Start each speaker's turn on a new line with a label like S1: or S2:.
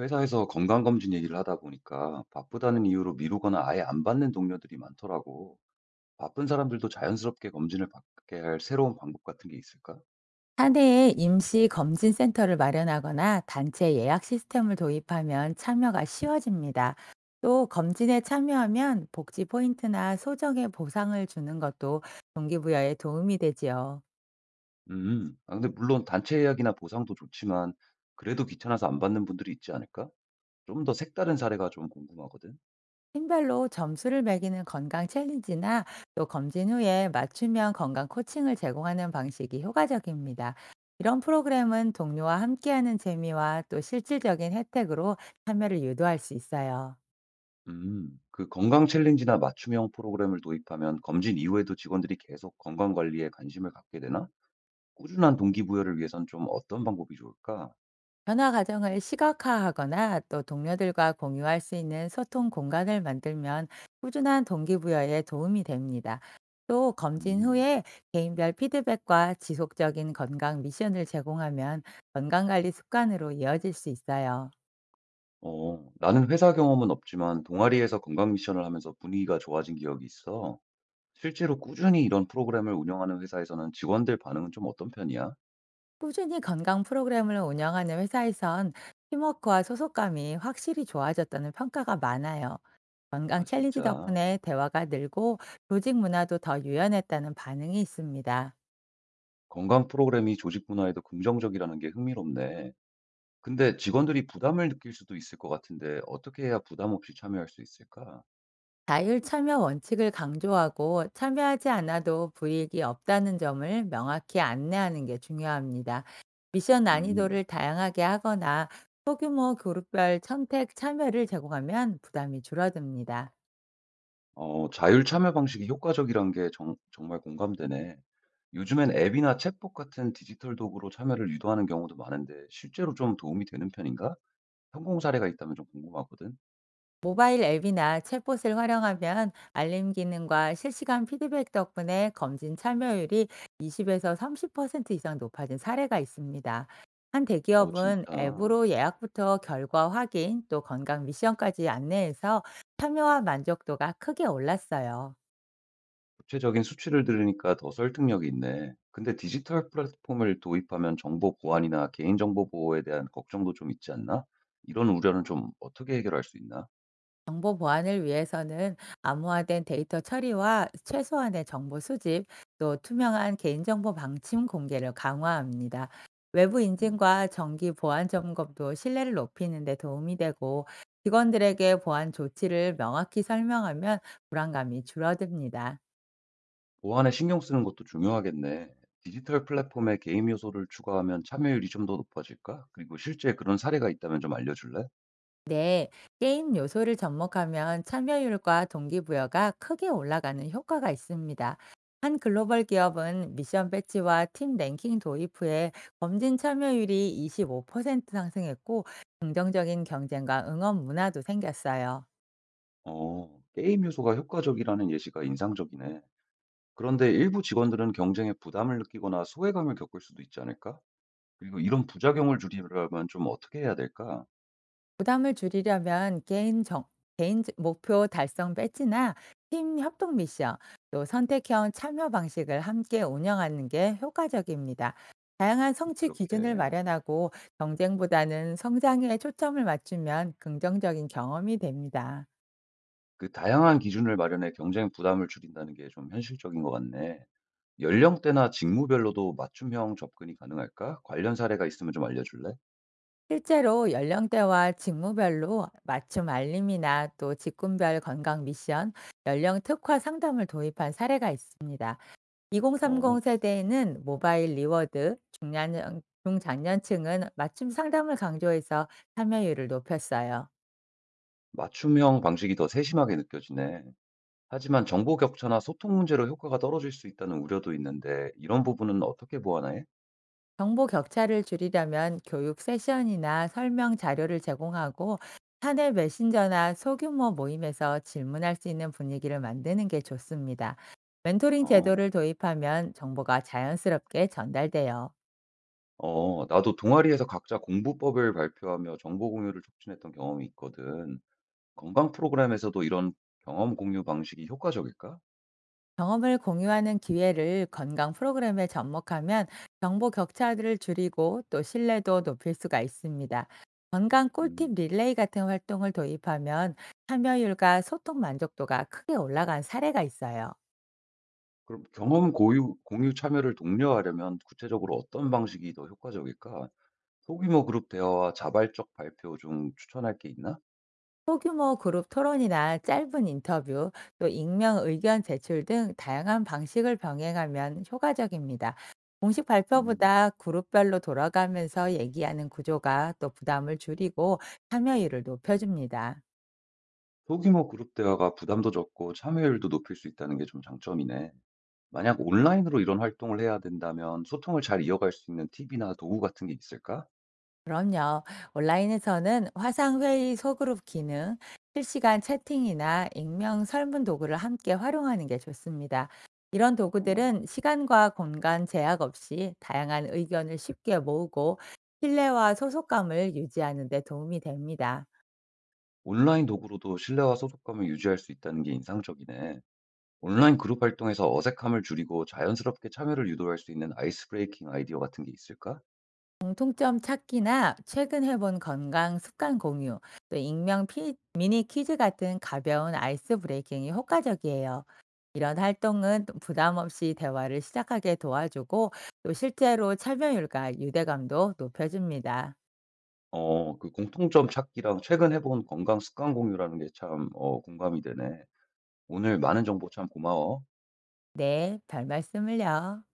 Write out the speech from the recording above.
S1: 회사에서 건강검진 얘기를 하다 보니까 바쁘다는 이유로 미루거나 아예 안 받는 동료들이 많더라고. 바쁜 사람들도 자연스럽게 검진을 받게 할 새로운 방법 같은 게 있을까?
S2: 사내에 임시 검진 센터를 마련하거나 단체 예약 시스템을 도입하면 참여가 쉬워집니다. 또 검진에 참여하면 복지 포인트나 소정의 보상을 주는 것도 동기부여에 도움이 되지요.
S1: 아, 근데 물론 단체 예약이나 보상도 좋지만 그래도 귀찮아서 안 받는 분들이 있지 않을까? 좀 더 색다른 사례가 좀 궁금하거든.
S2: 팀별로 점수를 매기는 건강 챌린지나 또 검진 후에 맞춤형 건강 코칭을 제공하는 방식이 효과적입니다. 이런 프로그램은 동료와 함께하는 재미와 또 실질적인 혜택으로 참여를 유도할 수 있어요.
S1: 그 건강 챌린지나 맞춤형 프로그램을 도입하면 검진 이후에도 직원들이 계속 건강 관리에 관심을 갖게 되나? 꾸준한 동기부여를 위해선 좀 어떤 방법이 좋을까?
S2: 변화 과정을 시각화하거나 또 동료들과 공유할 수 있는 소통 공간을 만들면 꾸준한 동기부여에 도움이 됩니다. 또 검진
S1: 음.
S2: 후에 개인별 피드백과 지속적인 건강 미션을 제공하면 건강관리 습관으로 이어질 수 있어요.
S1: 나는 회사 경험은 없지만 동아리에서 건강 미션을 하면서 분위기가 좋아진 기억이 있어. 실제로 꾸준히 이런 프로그램을 운영하는 회사에서는 직원들 반응은 좀 어떤 편이야?
S2: 꾸준히 건강 프로그램을 운영하는 회사에선 팀워크와 소속감이 확실히 좋아졌다는 평가가 많아요. 건강
S1: 아,
S2: 챌린지
S1: 진짜.
S2: 덕분에 대화가 늘고, 조직 문화도 더 유연했다는 반응이 있습니다.
S1: 건강 프로그램이 조직 문화에도 긍정적이라는 게 흥미롭네. 근데 직원들이 부담을 느낄 수도 있을 것 같은데 어떻게 해야 부담 없이 참여할 수 있을까?
S2: 자율 참여 원칙을 강조하고, 참여하지 않아도 불이익이 없다는 점을 명확히 안내하는 게 중요합니다. 미션
S1: 음.
S2: 난이도를 다양하게 하거나 소규모 그룹별 선택 참여를 제공하면 부담이 줄어듭니다.
S1: 자율 참여 방식이 효과적이란 게 정 정말 공감되네. 요즘엔 앱이나 챗봇 같은 디지털 도구로 참여를 유도하는 경우도 많은데 실제로 좀 도움이 되는 편인가? 성공 사례가 있다면 좀 궁금하거든.
S2: 모바일 앱이나 챗봇을 활용하면 알림 기능과 실시간 피드백 덕분에 검진 참여율이 20에서 30% 이상 높아진 사례가 있습니다. 한
S1: 어, 진짜.
S2: 대기업은 앱으로 예약부터 결과 확인, 또 건강 미션까지 안내해서 참여와 만족도가 크게 올랐어요.
S1: 구체적인 수치를 들으니까 더 설득력이 있네. 근데 디지털 플랫폼을 도입하면 정보 보안이나 개인정보 보호에 대한 걱정도 좀 있지 않나? 이런 우려는 좀 어떻게 해결할 수 있나?
S2: 정보 보안을 위해서는 암호화된 데이터 처리와 최소한의 정보 수집, 또 투명한 개인정보 방침 공개를 강화합니다. 외부 인증과 정기 보안 점검도 신뢰를 높이는 데 도움이 되고, 직원들에게 보안 조치를 명확히 설명하면 불안감이 줄어듭니다.
S1: 보안에 신경 쓰는 것도 중요하겠네. 디지털 플랫폼에 게임 요소를 추가하면 참여율이 좀 더 높아질까? 그리고 실제 그런 사례가 있다면 좀 알려줄래?
S2: 네, 게임 요소를 접목하면 참여율과 동기부여가 크게 올라가는 효과가 있습니다. 한 글로벌 기업은 미션 배지와 팀 랭킹 도입 후에 검진 참여율이 25% 상승했고, 긍정적인 경쟁과 응원 문화도 생겼어요.
S1: 게임 요소가 효과적이라는 예시가 인상적이네. 그런데 일부 직원들은 경쟁에 부담을 느끼거나 소외감을 겪을 수도 있지 않을까? 그리고 이런 부작용을 줄이려면 좀 어떻게 해야 될까?
S2: 부담을 줄이려면 개인 정 개인 지- 목표 달성 배지나 팀 협동 미션, 또 선택형 참여 방식을 함께 운영하는 게 효과적입니다. 다양한 성취 기준을
S1: 그렇게.
S2: 마련하고, 경쟁보다는 성장에 초점을 맞추면 긍정적인 경험이 됩니다.
S1: 그 다양한 기준을 마련해 경쟁 부담을 줄인다는 게 좀 현실적인 것 같네. 연령대나 직무별로도 맞춤형 접근이 가능할까? 관련 사례가 있으면 좀 알려줄래?
S2: 실제로 연령대와 직무별로 맞춤 알림이나 또 직군별 건강 미션, 연령 특화 상담을 도입한 사례가 있습니다.
S1: 어.
S2: 2030 세대에는 모바일 리워드, 중년 중장년층은 맞춤 상담을 강조해서 참여율을 높였어요.
S1: 맞춤형 방식이 더 세심하게 느껴지네. 하지만 정보 격차나 소통 문제로 효과가 떨어질 수 있다는 우려도 있는데 이런 부분은 어떻게 보완해?
S2: 정보 격차를 줄이려면 교육 세션이나 설명 자료를 제공하고, 사내 메신저나 소규모 모임에서 질문할 수 있는 분위기를 만드는 게 좋습니다. 멘토링
S1: 어.
S2: 제도를 도입하면 정보가 자연스럽게 전달돼요.
S1: 어. 나도 동아리에서 각자 공부법을 발표하며 정보 공유를 촉진했던 경험이 있거든. 건강 프로그램에서도 이런 경험 공유 방식이 효과적일까?
S2: 경험을 공유하는 기회를 건강 프로그램에 접목하면 정보 격차를 줄이고 또 신뢰도 높일 수가 있습니다. 건강 꿀팁
S1: 음.
S2: 릴레이 같은 활동을 도입하면 참여율과 소통 만족도가 크게 올라간 사례가 있어요.
S1: 그럼 경험 유 공유 참여를 독려하려면 구체적으로 어떤 방식이 더 효과적일까? 소규모 그룹 대화와 자발적 발표 중 추천할 게 있나?
S2: 소규모 그룹 토론이나 짧은 인터뷰, 또 익명 의견 제출 등 다양한 방식을 병행하면 효과적입니다. 공식
S1: 음.
S2: 발표보다 그룹별로 돌아가면서 얘기하는 구조가 또 부담을 줄이고 참여율을 높여줍니다.
S1: 소규모 그룹 대화가 부담도 적고 참여율도 높일 수 있다는 게 좀 장점이네. 만약 온라인으로 이런 활동을 해야 된다면 소통을 잘 이어갈 수 있는 팁이나 도구 같은 게 있을까?
S2: 그럼요. 온라인에서는 화상회의 소그룹 기능, 실시간 채팅이나 익명 설문 도구를 함께 활용하는 게 좋습니다. 이런
S1: 어,
S2: 도구들은 시간과 공간 제약 없이 다양한 의견을 쉽게 모으고, 신뢰와 소속감을 유지하는 데 도움이 됩니다.
S1: 온라인 도구로도 신뢰와 소속감을 유지할 수 있다는 게 인상적이네. 온라인 그룹 활동에서 어색함을 줄이고 자연스럽게 참여를 유도할 수 있는 아이스 브레이킹 아이디어 같은 게 있을까?
S2: 공통점 찾기나 최근 해본 건강 습관 공유, 또 익명 미니 퀴즈 같은 가벼운 아이스 브레이킹이 효과적이에요. 이런 활동은 부담 없이 대화를 시작하게 도와주고, 또 실제로 참여율과 유대감도 높여줍니다.
S1: 그 공통점 찾기랑 최근 해본 건강 습관 공유라는 게 참, 공감이 되네. 오늘 많은 정보 참 고마워.
S2: 네, 별 말씀을요.